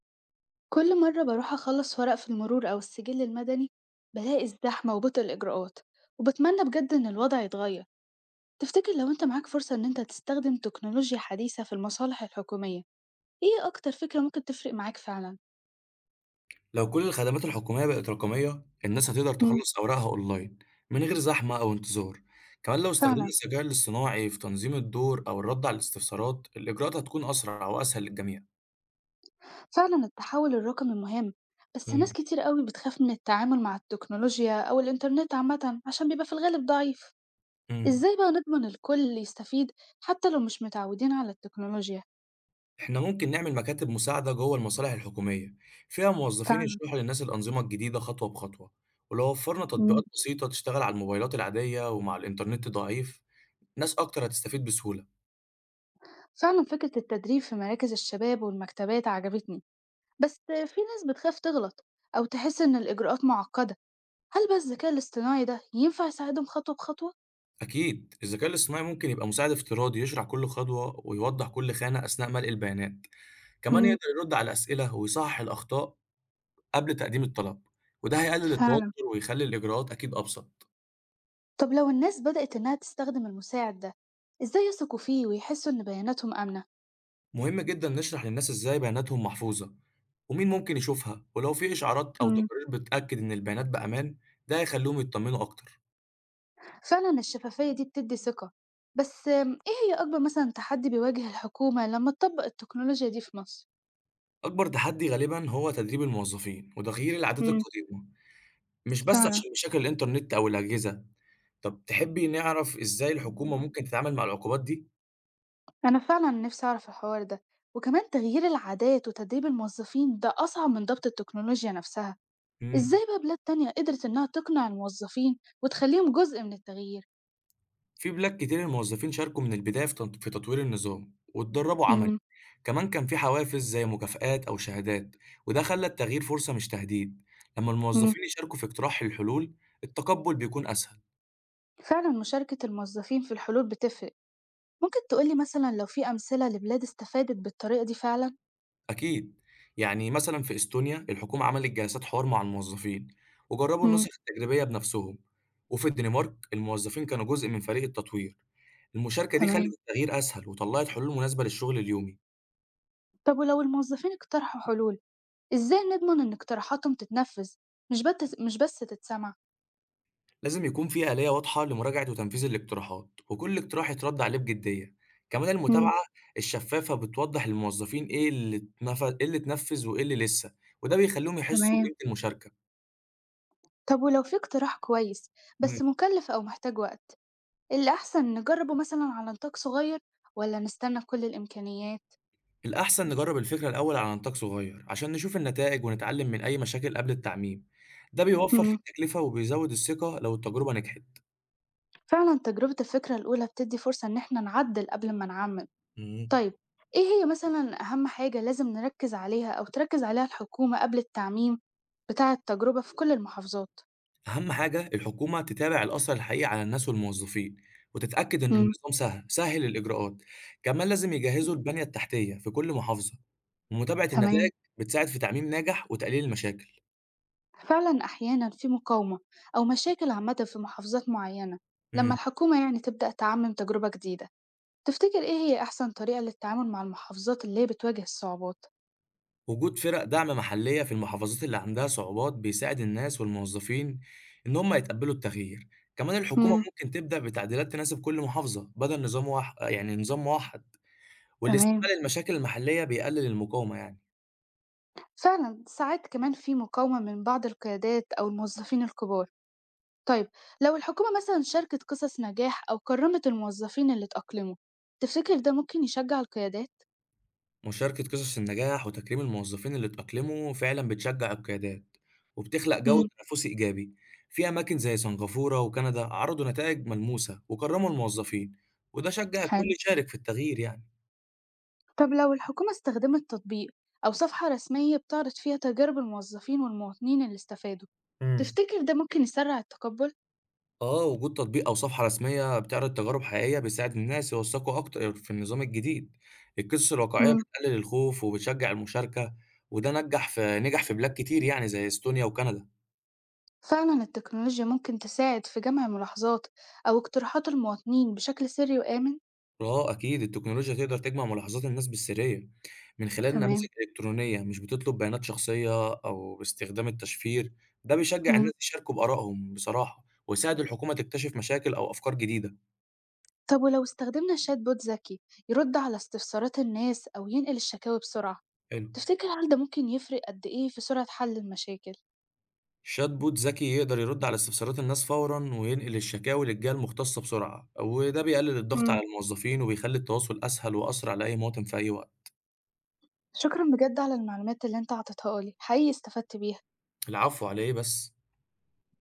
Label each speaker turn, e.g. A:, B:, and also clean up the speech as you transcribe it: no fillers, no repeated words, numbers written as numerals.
A: كل مرة بروح أخلص ورق في المرور أو السجل المدني، بلاقي ازدحام وبطء الإجراءات، وبتمنى بجد إن الوضع يتغير. تفتكر لو أنت معاك فرصة إن أنت تستخدم تكنولوجيا حديثة في المصالح الحكومية، إيه أكتر فكرة ممكن تفرق معاك فعلا؟
B: لو كل الخدمات الحكومية بقت رقمية، الناس هتقدر
A: مم.
B: تخلص أوراقها أونلاين من غير زحمة أو انتظار، كمان لو استخدمنا
A: فعلا،
B: الذكاء الاصطناعي في تنظيم الدور أو الرد على الاستفسارات، الإجراءات هتكون أسرع وأسهل للجميع.
A: فعلا التحول الرقمي مهم، بس ناس
B: امم
A: كتير قوي بتخاف من التعامل مع التكنولوجيا أو الإنترنت عامة عشان بيبقى في الغالب ضعيف.
B: امم
A: إزاي بقى نضمن الكل يستفيد، حتى لو مش متعودين على التكنولوجيا؟
B: إحنا ممكن نعمل مكاتب مساعدة جوه المصالح الحكومية، فيها موظفين
A: فعلا.
B: يشرحوا للناس الأنظمة الجديدة خطوة بخطوة، ولو وفرنا
A: مم.
B: تطبيقات بسيطة تشتغل على الموبايلات العادية ومع الإنترنت ضعيف، ناس أكتر هتستفيد بسهولة.
A: فعلا فكرة التدريب في مراكز الشباب والمكتبات عجبتني، بس في ناس بتخاف تغلط أو تحس إن الإجراءات معقدة. هل بقى الذكاء الاصطناعي ده ينفع يساعدهم خطوة بخطوة؟
B: أكيد الذكاء الاصطناعي ممكن يبقى مساعد افتراضي يشرح كل خطوة ويوضح كل خانة أثناء ملء البيانات، كمان
A: امم.
B: يقدر يرد على الأسئلة ويصحح الأخطاء قبل تقديم الطلب، وده هيقلل
A: فعلا.
B: التوتر ويخلي الإجراءات أكيد أبسط.
A: طب لو الناس بدأت إنها تستخدم المساعد ده، إزاي يثقوا فيه ويحسوا إن بياناتهم آمنة؟
B: مهم جدا نشرح للناس إزاي بياناتهم محفوظة ومين ممكن يشوفها، ولو في إشعارات أو
A: امم.
B: تقارير بتأكد إن البيانات بأمان ده هيخليهم يطمنوا أكتر.
A: فعلا الشفافية دي بتدي ثقة. بس إيه هي أكبر مثلا تحدي بيواجه الحكومة لما تطبق التكنولوجيا دي في مصر؟
B: أكبر تحدي غالبا هو تدريب الموظفين وتغيير العادات
A: امم.
B: القديمة، مش بس
A: فعلا.
B: عشان مشاكل الإنترنت أو الأجهزة. طب تحبي نعرف إزاي الحكومة ممكن تتعامل مع العقوبات دي؟
A: أنا فعلا نفسي أعرف الحوار ده، وكمان تغيير العادات وتدريب الموظفين ده أصعب من ضبط التكنولوجيا نفسها. إزاي
B: امم
A: بقى بلاد تانية قدرت إنها تقنع الموظفين وتخليهم جزء من التغيير؟
B: في بلاد كتير الموظفين شاركوا من البداية في تطوير النظام واتدربوا عملي،
A: مم.
B: كمان كان في حوافز زي مكافآت أو شهادات، وده خلى التغيير فرصة مش تهديد، لما
A: مم.
B: الموظفين يشاركوا في اقتراح الحلول التقبل بيكون أسهل.
A: فعلا مشاركة الموظفين في الحلول بتفرق. ممكن تقولي مثلا لو في أمثلة لبلاد استفادت بالطريقة دي فعلا.
B: أكيد، يعني مثلا في إستونيا الحكومة عملت جلسات حوار مع الموظفين وجربوا
A: مم.
B: النسخ التجريبية بنفسهم، وفي الدنمارك الموظفين كانوا جزء من فريق التطوير. المشاركة دي
A: تمام.
B: خلّت التغيير أسهل، وطلّعت حلول مناسبة للشغل اليومي.
A: طب ولو الموظفين اقترحوا حلول، إزاي نضمن إن اقتراحاتهم تتنفذ، مش بس تتسمع؟
B: لازم يكون في آلية واضحة لمراجعة وتنفيذ الاقتراحات، وكل اقتراح يترد عليه بجدية. كمان
A: مم.
B: المتابعة الشفافة بتوضّح للموظفين إيه اللي اتنفذ وإيه اللي لسه، وده بيخلّيهم يحسّوا
A: تمام.
B: بقيمة المشاركة.
A: طب ولو في اقتراح كويس،
B: إمم.
A: بس مكلف أو محتاج وقت، إيه الأحسن، نجربه مثلا على نطاق صغير ولا نستنى كل الإمكانيات؟
B: الأحسن نجرّب الفكرة الأول على نطاق صغير، عشان نشوف النتائج ونتعلم من أي مشاكل قبل التعميم. ده بيوفّر في
A: مم.
B: التكلفة وبيزوّد الثقة لو التجربة نجحت.
A: فعلا تجربة الفكرة الأولى بتدي فرصة إن احنا نعدل قبل ما نعمم.
B: إمم.
A: طيب، إيه هي مثلا أهم حاجة لازم نركز عليها أو تركز عليها الحكومة قبل التعميم بتاع التجربة في كل المحافظات؟
B: أهم حاجة الحكومة تتابع الأثر الحقيقي على الناس والموظفين، وتتأكد إن
A: مم.
B: النظام سهل الإجراءات، كمان لازم يجهزوا البنية التحتية في كل محافظة، ومتابعة
A: تمام.
B: النتائج بتساعد في تعميم ناجح وتقليل المشاكل.
A: فعلا أحيانا في مقاومة أو مشاكل عامة في محافظات معينة لما
B: امم
A: الحكومة يعني تبدأ تعمم تجربة جديدة. تفتكر إيه هي أحسن طريقة للتعامل مع المحافظات اللي هي بتواجه الصعوبات؟
B: وجود فرق دعم محلية في المحافظات اللي عندها صعوبات بيساعد الناس والموظفين إن هم يتقبلوا التغيير، كمان الحكومة
A: إمم.
B: ممكن تبدأ بتعديلات تناسب كل محافظة بدل نظام واحد،
A: تمام.
B: والاستثمار المشاكل المحلية بيقلل المقاومة يعني.
A: فعلًا ساعات كمان في مقاومة من بعض القيادات أو الموظفين الكبار. طيب، لو الحكومة مثلًا شاركت قصص نجاح أو كرّمت الموظفين اللي اتأقلموا، تفتكر ده ممكن يشجع القيادات؟
B: مشاركة قصص النجاح وتكريم الموظفين اللي اتأقلموا فعلا بتشجع القيادات وبتخلق جو
A: إمم.
B: تنافسي إيجابي، في أماكن زي سنغافورة وكندا عرضوا نتائج ملموسة وكرموا الموظفين وده شجع الكل
A: حلو.
B: يشارك في التغيير يعني.
A: طب لو الحكومة استخدمت تطبيق أو صفحة رسمية بتعرض فيها تجارب الموظفين والمواطنين اللي استفادوا،
B: امم
A: تفتكر ده ممكن يسرّع التقبُّل؟
B: آه، وجود تطبيق أو صفحة رسمية بتعرض تجارب حقيقية بيساعد الناس يوثقوا أكتر في النظام الجديد، القصص الواقعية
A: إمم.
B: بتقلل الخوف وبتشجع المشاركة، وده نجح في بلاد كتير يعني زي استونيا وكندا.
A: فعلا التكنولوجيا ممكن تساعد في جمع ملاحظات أو اقتراحات المواطنين بشكل سري وآمن.
B: آه أكيد، التكنولوجيا تقدر تجمع ملاحظات الناس بالسرية من خلال نماذج
A: تمام.
B: إلكترونية مش بتطلب بيانات شخصية أو باستخدام التشفير، ده بيشجع
A: مم.
B: الناس يشاركوا بآرائهم بصراحة، ويساعد الحكومة تكتشف مشاكل أو أفكار جديدة.
A: طب ولو استخدمنا شات بوت ذكي يرد على استفسارات الناس أو ينقل الشكاوي بسرعة،
B: حلو.
A: تفتكر هل ده ممكن يفرق قد إيه في سرعة حل المشاكل؟
B: شات بوت ذكي يقدر يرد على استفسارات الناس فورًا وينقل الشكاوي للجهة المختصة بسرعة، وده بيقلل الضغط على
A: مم.
B: الموظفين وبيخلي التواصل أسهل وأسرع لأي مواطن في أي وقت.
A: شكرا بجد على المعلومات اللي انت عطيتها لي، حقيقي استفدت بيها.
B: العفو، على إيه بس.